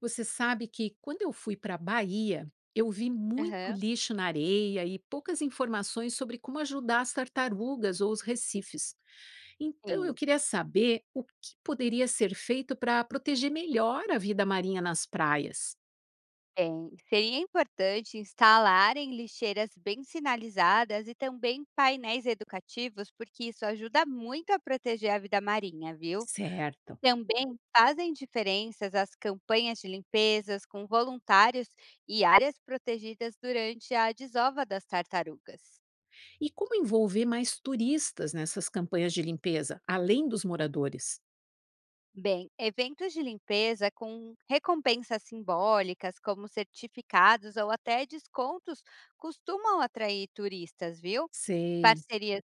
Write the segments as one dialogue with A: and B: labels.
A: Você sabe que quando eu fui para a Bahia, eu vi muito
B: Aham,
A: lixo na areia e poucas informações sobre como ajudar as tartarugas ou os recifes. Então eu
B: sim,
A: queria saber o que poderia ser feito para proteger melhor a vida marinha nas praias.
B: tem. Seria importante instalarem lixeiras bem sinalizadas e também painéis educativos, porque isso ajuda muito a proteger a vida marinha, viu?
A: Certo.
B: Também fazem diferenças as campanhas de limpezas com voluntários e áreas protegidas durante a desova das tartarugas.
A: E como envolver mais turistas nessas campanhas de limpeza, além dos moradores?
B: Bem, eventos de limpeza com recompensas simbólicas, como certificados ou até descontos, costumam atrair turistas, viu?
A: Sei.
B: Parcerias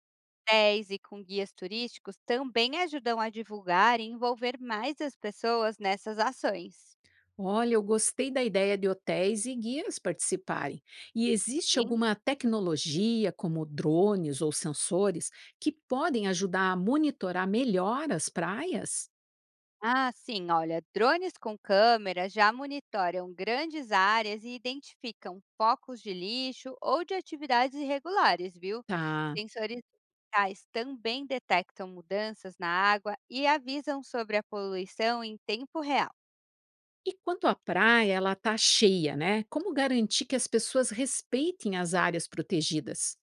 B: hotéis e com guias turísticos também ajudam a divulgar e envolver mais as pessoas nessas ações.
A: Olha, eu gostei da ideia de hotéis e guias participarem. E existe
B: Sim.
A: alguma tecnologia, como drones ou sensores, que podem ajudar a monitorar melhor as praias?
B: Ah, sim, olha, drones com câmeras já monitoram grandes áreas e identificam focos de lixo ou de atividades irregulares, viu?
A: Tá.
B: Sensores digitais também detectam mudanças na água e avisam sobre a poluição em tempo real.
A: E quanto à praia, ela está cheia, né? Como garantir que as pessoas respeitem as áreas protegidas?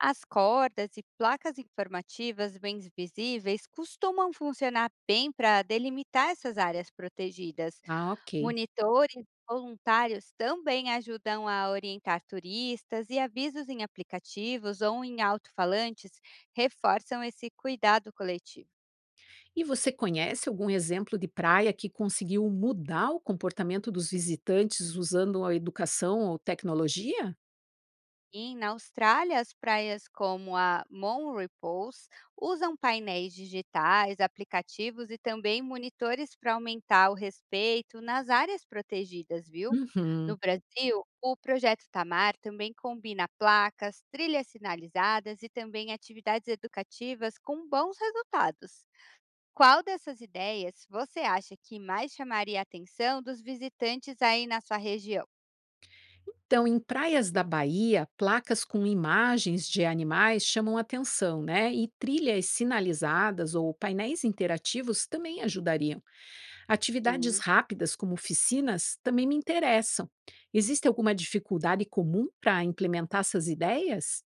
B: As cordas e placas informativas bem visíveis costumam funcionar bem para delimitar essas áreas protegidas.
A: Ah, ok.
B: Monitores voluntários também ajudam a orientar turistas e avisos em aplicativos ou em alto-falantes reforçam esse cuidado coletivo.
A: E você conhece algum exemplo de praia que conseguiu mudar o comportamento dos visitantes usando a educação ou tecnologia?
B: E na Austrália, as praias como a Monrepulse usam painéis digitais, aplicativos e também monitores para aumentar o respeito nas áreas protegidas, viu? No
A: Uhum.
B: Brasil, o projeto Tamar também combina placas, trilhas sinalizadas e também atividades educativas com bons resultados. Qual dessas ideias você acha que mais chamaria a atenção dos visitantes aí na sua região?
A: Então, em praias da Bahia, placas com imagens de animais chamam atenção, né? E trilhas sinalizadas ou painéis interativos também ajudariam. Atividades
B: Sim.
A: rápidas, como oficinas, também me interessam. Existe alguma dificuldade comum para implementar essas ideias?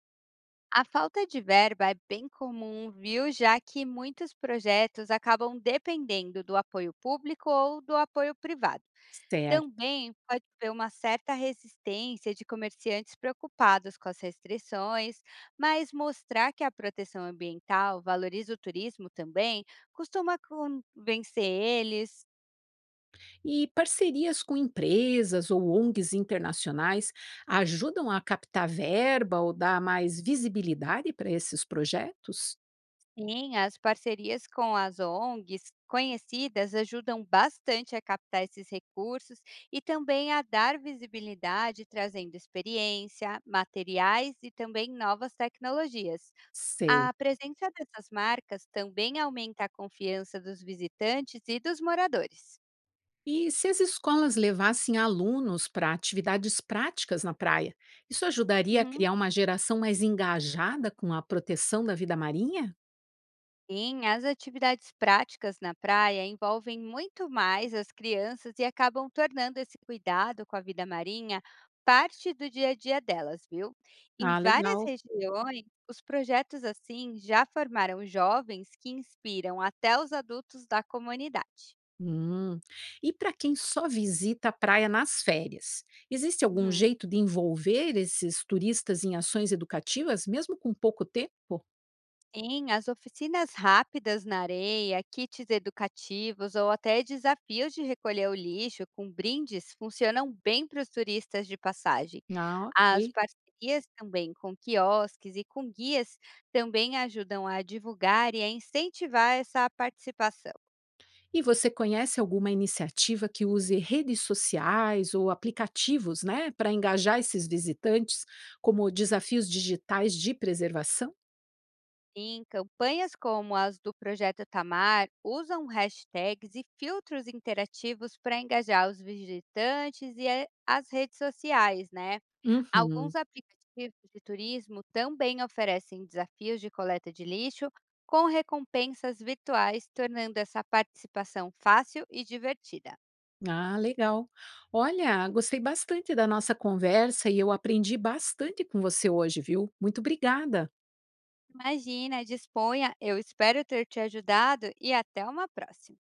B: A falta de verba é bem comum, viu? Já que muitos projetos acabam dependendo do apoio público ou do apoio privado.
A: Certo.
B: Também pode haver uma certa resistência de comerciantes preocupados com as restrições, mas mostrar que a proteção ambiental valoriza o turismo também costuma convencer eles.
A: E parcerias com empresas ou ONGs internacionais ajudam a captar verba ou dar mais visibilidade para esses projetos?
B: Sim, as parcerias com as ONGs conhecidas ajudam bastante a captar esses recursos e também a dar visibilidade, trazendo experiência, materiais e também novas tecnologias.
A: Sei.
B: A presença dessas marcas também aumenta a confiança dos visitantes e dos moradores.
A: E se as escolas levassem alunos para atividades práticas na praia, isso ajudaria a
B: Uhum.
A: criar uma geração mais engajada com a proteção da vida marinha?
B: Sim, as atividades práticas na praia envolvem muito mais as crianças e acabam tornando esse cuidado com a vida marinha parte do dia a dia delas, viu? Em
A: Ah,
B: várias
A: legal.
B: regiões, os projetos assim já formaram jovens que inspiram até os adultos da comunidade.
A: Hum. E para quem só visita a praia nas férias, existe algum
B: Uhum.
A: jeito de envolver esses turistas em ações educativas, mesmo com pouco tempo?
B: Sim, as oficinas rápidas na areia, kits educativos ou até desafios de recolher o lixo com brindes funcionam bem para os turistas de passagem.
A: Ah,
B: As
A: ok.
B: parcerias também com quiosques e com guias também ajudam a divulgar e a incentivar essa participação.
A: E você conhece alguma iniciativa que use redes sociais ou aplicativos, né, para engajar esses visitantes, como desafios digitais de preservação?
B: Em campanhas como as do Projeto Tamar, usam hashtags e filtros interativos para engajar os visitantes e as redes sociais, né? Alguns
A: Uhum.
B: aplicativos de turismo também oferecem desafios de coleta de lixo com recompensas virtuais, tornando essa participação fácil e divertida.
A: Ah, legal. Olha, gostei bastante da nossa conversa e eu aprendi bastante com você hoje, viu? Muito obrigada.
B: Imagina, disponha, eu espero ter te ajudado e até uma próxima!